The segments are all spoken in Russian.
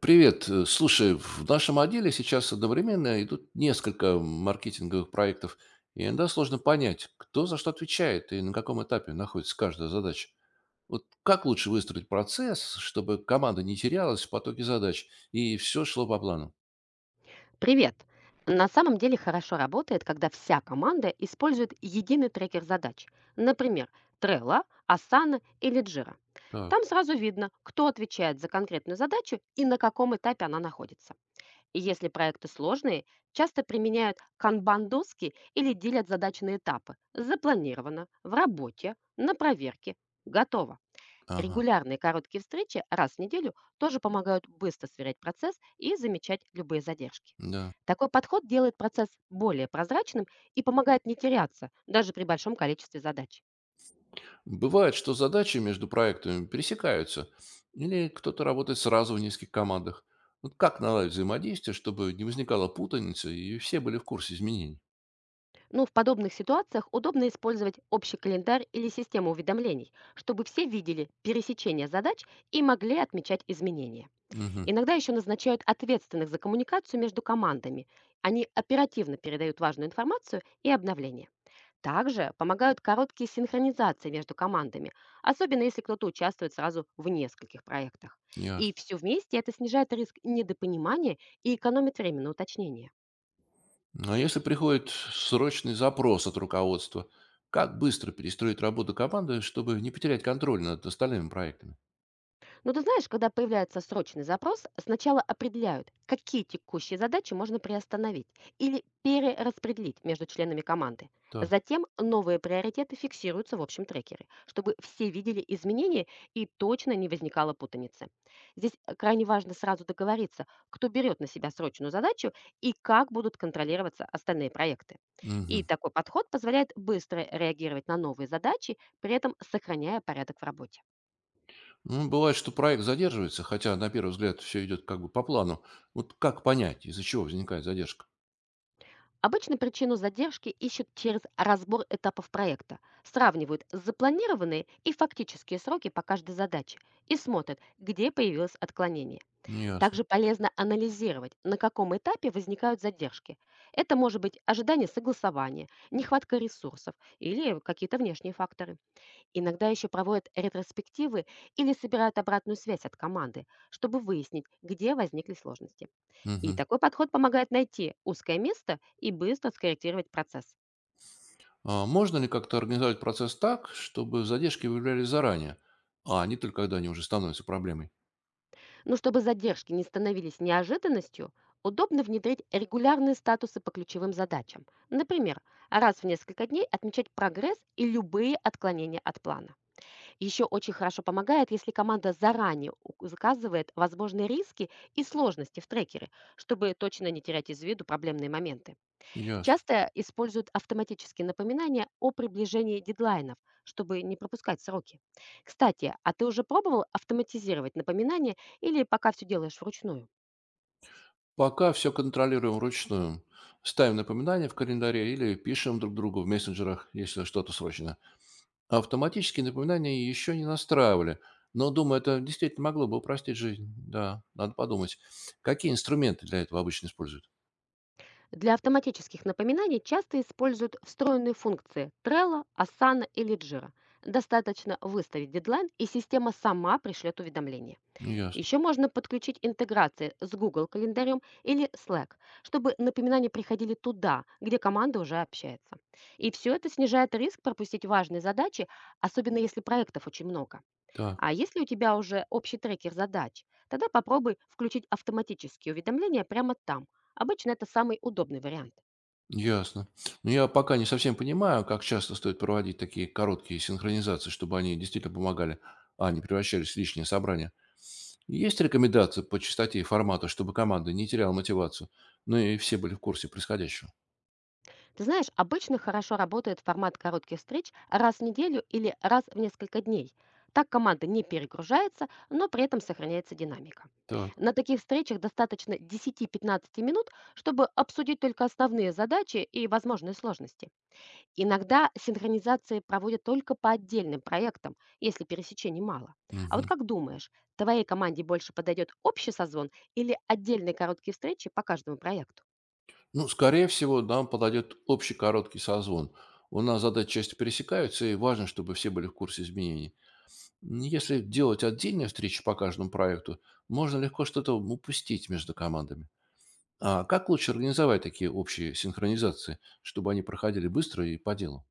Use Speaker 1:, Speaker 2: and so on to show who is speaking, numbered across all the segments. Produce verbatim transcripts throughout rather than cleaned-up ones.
Speaker 1: Привет. Э, Слушай, в нашем отделе сейчас одновременно идут несколько маркетинговых проектов, и иногда сложно понять, кто за что отвечает и на каком этапе находится каждая задача. Вот как лучше выстроить процесс, чтобы команда не терялась в потоке задач и все шло по плану?
Speaker 2: Привет! На самом деле хорошо работает, когда вся команда использует единый трекер задач. Например, Trello, Asana или Jira.
Speaker 1: Так,
Speaker 2: Там сразу видно, кто отвечает за конкретную задачу и на каком этапе она находится. И если проекты сложные, часто применяют канбан-доски или делят задачи на этапы. Запланировано, в работе, на проверке, готово.
Speaker 1: ага,
Speaker 2: Регулярные короткие встречи раз в неделю тоже помогают быстро сверять процесс и замечать любые задержки.
Speaker 1: да.
Speaker 2: Такой подход делает процесс более прозрачным и помогает не теряться, даже при большом количестве задач.
Speaker 1: Бывает, что задачи между проектами пересекаются, или кто-то работает сразу в нескольких командах. Вот как наладить взаимодействие, чтобы не возникала путаница и все были в курсе изменений?
Speaker 2: Но в подобных ситуациях удобно использовать общий календарь или систему уведомлений, чтобы все видели пересечение задач и могли отмечать изменения.
Speaker 1: Угу,
Speaker 2: Иногда еще назначают ответственных за коммуникацию между командами. Они оперативно передают важную информацию и обновления. Также помогают короткие синхронизации между командами, особенно если кто-то участвует сразу в нескольких проектах. И
Speaker 1: ясно.
Speaker 2: все вместе это снижает риск недопонимания и экономит время на уточнение.
Speaker 1: Но если приходит срочный запрос от руководства, как быстро перестроить работу команды, чтобы не потерять контроль над остальными проектами?
Speaker 2: Но ты знаешь, когда появляется срочный запрос, сначала определяют, какие текущие задачи можно приостановить или перераспределить между членами команды.
Speaker 1: Так.
Speaker 2: Затем новые приоритеты фиксируются в общем трекере, чтобы все видели изменения и точно не возникало путаницы. Здесь э, крайне важно сразу договориться, кто берет на себя срочную задачу и как будут контролироваться остальные проекты. И
Speaker 1: Мгм.
Speaker 2: такой подход позволяет быстро реагировать на новые задачи, при этом сохраняя порядок в работе.
Speaker 1: Ну, бывает, что проект задерживается, хотя на первый взгляд все идет как бы по плану. Вот как понять, из-за чего возникает задержка?
Speaker 2: Обычно причину задержки ищут через разбор этапов проекта, сравнивают запланированные и фактические сроки по каждой задаче и смотрят, где появилось отклонение.
Speaker 1: Ясно.
Speaker 2: Также полезно анализировать, на каком этапе возникают задержки. Это может быть ожидание согласования, нехватка ресурсов или какие-то внешние факторы. Иногда еще проводят ретроспективы или собирают обратную связь от команды, чтобы выяснить, где возникли сложности. И
Speaker 1: Мгм.
Speaker 2: такой подход помогает найти узкое место и быстро скорректировать процесс.
Speaker 1: А можно ли как-то организовать процесс так, чтобы задержки выявлялись заранее, а не только когда они уже становятся проблемой?
Speaker 2: Но чтобы задержки не становились неожиданностью, удобно внедрить регулярные статусы по ключевым задачам. Например, раз в несколько дней отмечать прогресс и любые отклонения от плана. Еще очень хорошо помогает, если команда заранее у- заказывает возможные риски и сложности в трекере, чтобы точно не терять из виду проблемные моменты.
Speaker 1: Ясно.
Speaker 2: Часто используют автоматические напоминания о приближении дедлайнов, чтобы не пропускать сроки. Кстати, а ты уже пробовал автоматизировать напоминания или пока все делаешь вручную?
Speaker 1: Пока все контролируем вручную. Ставим напоминания в календаре или пишем друг другу в мессенджерах, если что-то срочно. Автоматические напоминания еще не настраивали, но, думаю, это действительно могло бы упростить жизнь. Да, надо подумать, какие инструменты для этого обычно используют.
Speaker 2: Для автоматических напоминаний часто используют встроенные функции Trello, Asana или Jira. Достаточно выставить дедлайн, и система сама пришлет уведомление.
Speaker 1: Ну, ясно.
Speaker 2: Еще можно подключить интеграции с Google календарем или Slack, чтобы напоминания приходили туда, где команда уже общается. И все это снижает риск пропустить важные задачи, особенно если проектов очень много.
Speaker 1: Да,
Speaker 2: А если у тебя уже общий трекер задач, тогда попробуй включить автоматические уведомления прямо там. Обычно это самый удобный вариант.
Speaker 1: ясно. Но я пока не совсем понимаю, как часто стоит проводить такие короткие синхронизации, чтобы они действительно помогали, а не превращались в лишнее собрание. Есть рекомендации по частоте и формату, чтобы команда не теряла мотивацию, ну и все были в курсе происходящего?
Speaker 2: Ты знаешь, обычно хорошо работает формат коротких встреч раз в неделю или раз в несколько дней. Так команда не перегружается, но при этом сохраняется динамика.
Speaker 1: Так.
Speaker 2: На таких встречах достаточно десяти пятнадцати минут, чтобы обсудить только основные задачи и возможные сложности. Иногда синхронизации проводят только по отдельным проектам, если пересечений мало. А вот
Speaker 1: Мгм.
Speaker 2: как думаешь, твоей команде больше подойдет общий созвон или отдельные короткие встречи по каждому проекту?
Speaker 1: Ну, скорее всего, нам подойдет общий короткий созвон. У нас задачи часто пересекаются, и важно, чтобы все были в курсе изменений. М, Если делать отдельные встречи по каждому проекту, можно легко что-то упустить между командами. А как лучше организовать такие общие синхронизации, чтобы они проходили быстро и по делу?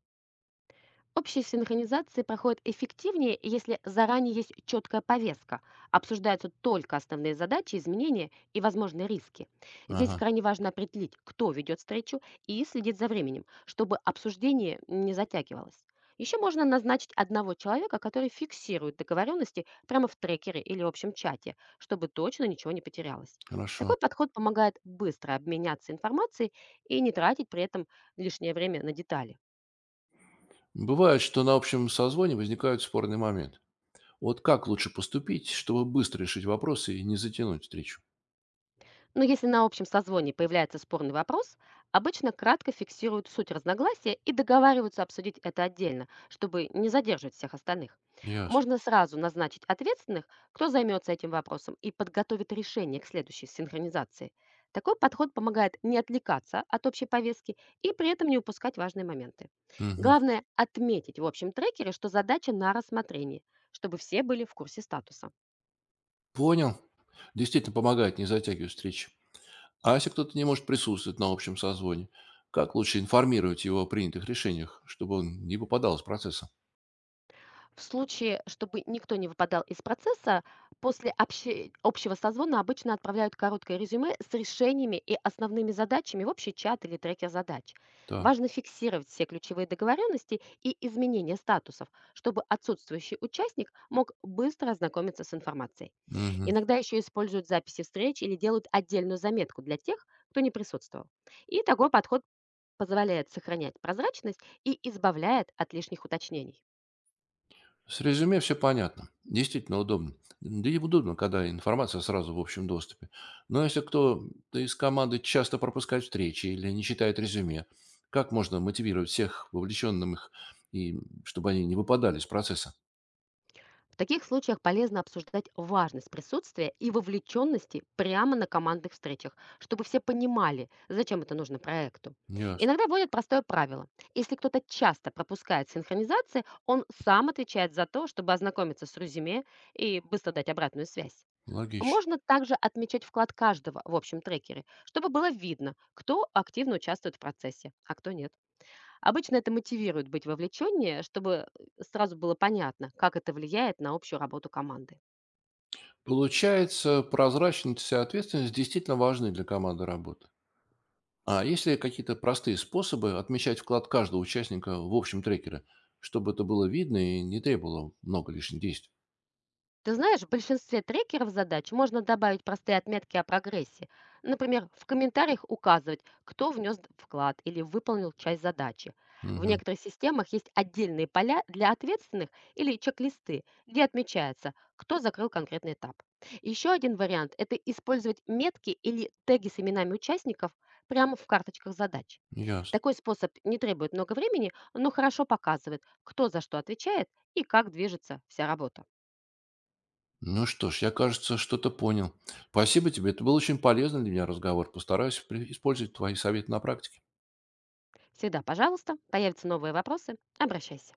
Speaker 2: Общие синхронизации проходят эффективнее, если заранее есть четкая повестка, обсуждаются только основные задачи, изменения и возможные риски. Здесь
Speaker 1: Ага,
Speaker 2: крайне важно определить, кто ведет встречу и следить за временем, чтобы обсуждение не затягивалось. Еще можно назначить одного человека, который фиксирует договоренности прямо в трекере или общем чате, чтобы точно ничего не потерялось.
Speaker 1: хорошо.
Speaker 2: Такой подход помогает быстро обменяться информацией и не тратить при этом лишнее время на детали.
Speaker 1: Бывает, что на общем созвоне возникают спорные моменты. Вот как лучше поступить, чтобы быстро решить вопросы и не затянуть встречу?
Speaker 2: Но если на общем созвоне появляется спорный вопрос, обычно кратко фиксируют суть разногласия и договариваются обсудить это отдельно, чтобы не задерживать всех остальных.
Speaker 1: Ясно.
Speaker 2: Можно сразу назначить ответственных, кто займется этим вопросом и подготовит решение к следующей синхронизации. Такой подход помогает не отвлекаться от общей повестки и при этом не упускать важные моменты.
Speaker 1: Мгм.
Speaker 2: Главное отметить в общем трекере, что задача на рассмотрении, чтобы все были в курсе статуса.
Speaker 1: Понял. Действительно помогает не затягивать встречи. А если кто-то не может присутствовать на общем созвоне, как лучше информировать его о принятых решениях, чтобы он не попадал из процесса?
Speaker 2: В случае, чтобы никто не выпадал из процесса, после обще- общего созвона обычно отправляют короткое резюме с решениями и основными задачами в общий чат или трекер задач.
Speaker 1: Так.
Speaker 2: Важно фиксировать все ключевые договоренности и изменения статусов, чтобы отсутствующий участник мог быстро ознакомиться с информацией.
Speaker 1: Мгм.
Speaker 2: Иногда еще используют записи встреч или делают отдельную заметку для тех, кто не присутствовал. И такой подход позволяет сохранять прозрачность и избавляет от лишних уточнений.
Speaker 1: С резюме все понятно. Действительно удобно. Да и удобно, когда информация сразу в общем доступе. Но если кто-то из команды часто пропускает встречи или не читает резюме, как можно мотивировать всех вовлеченным их, и чтобы они не выпадали из процесса?
Speaker 2: В таких случаях полезно обсуждать важность присутствия и вовлеченности прямо на командных встречах, чтобы все понимали, зачем это нужно проекту.
Speaker 1: Ясно.
Speaker 2: Иногда вводят простое правило. Если кто-то часто пропускает синхронизации, он сам отвечает за то, чтобы ознакомиться с резюме и быстро дать обратную связь.
Speaker 1: Логично.
Speaker 2: Можно также отмечать вклад каждого в общем трекере, чтобы было видно, кто активно участвует в процессе, а кто нет. Обычно это мотивирует быть вовлеченнее, чтобы э, сразу было понятно, как это влияет на общую работу команды.
Speaker 1: Получается, прозрачность и ответственность действительно важны для команды работы. А есть ли какие-то простые способы отмечать вклад каждого участника в общем трекере, чтобы это было видно и не требовало много лишних действий?
Speaker 2: Ты знаешь, в большинстве трекеров задач можно добавить простые отметки о прогрессе. Например, в комментариях указывать, кто внес вклад или выполнил часть задачи. В
Speaker 1: Мгм.
Speaker 2: некоторых системах есть отдельные поля для ответственных или чек-листы, где отмечается, кто закрыл конкретный этап. Еще один вариант — это использовать метки или теги с именами участников прямо в карточках задач.
Speaker 1: Ясно.
Speaker 2: Такой способ не требует много времени, но хорошо показывает, кто за что отвечает и как движется вся работа.
Speaker 1: Ну что ж, я, кажется, что-то понял. Спасибо тебе. Это был очень полезный для меня разговор. Постараюсь при- использовать твои советы на практике.
Speaker 2: Всегда пожалуйста. Появятся новые вопросы — обращайся.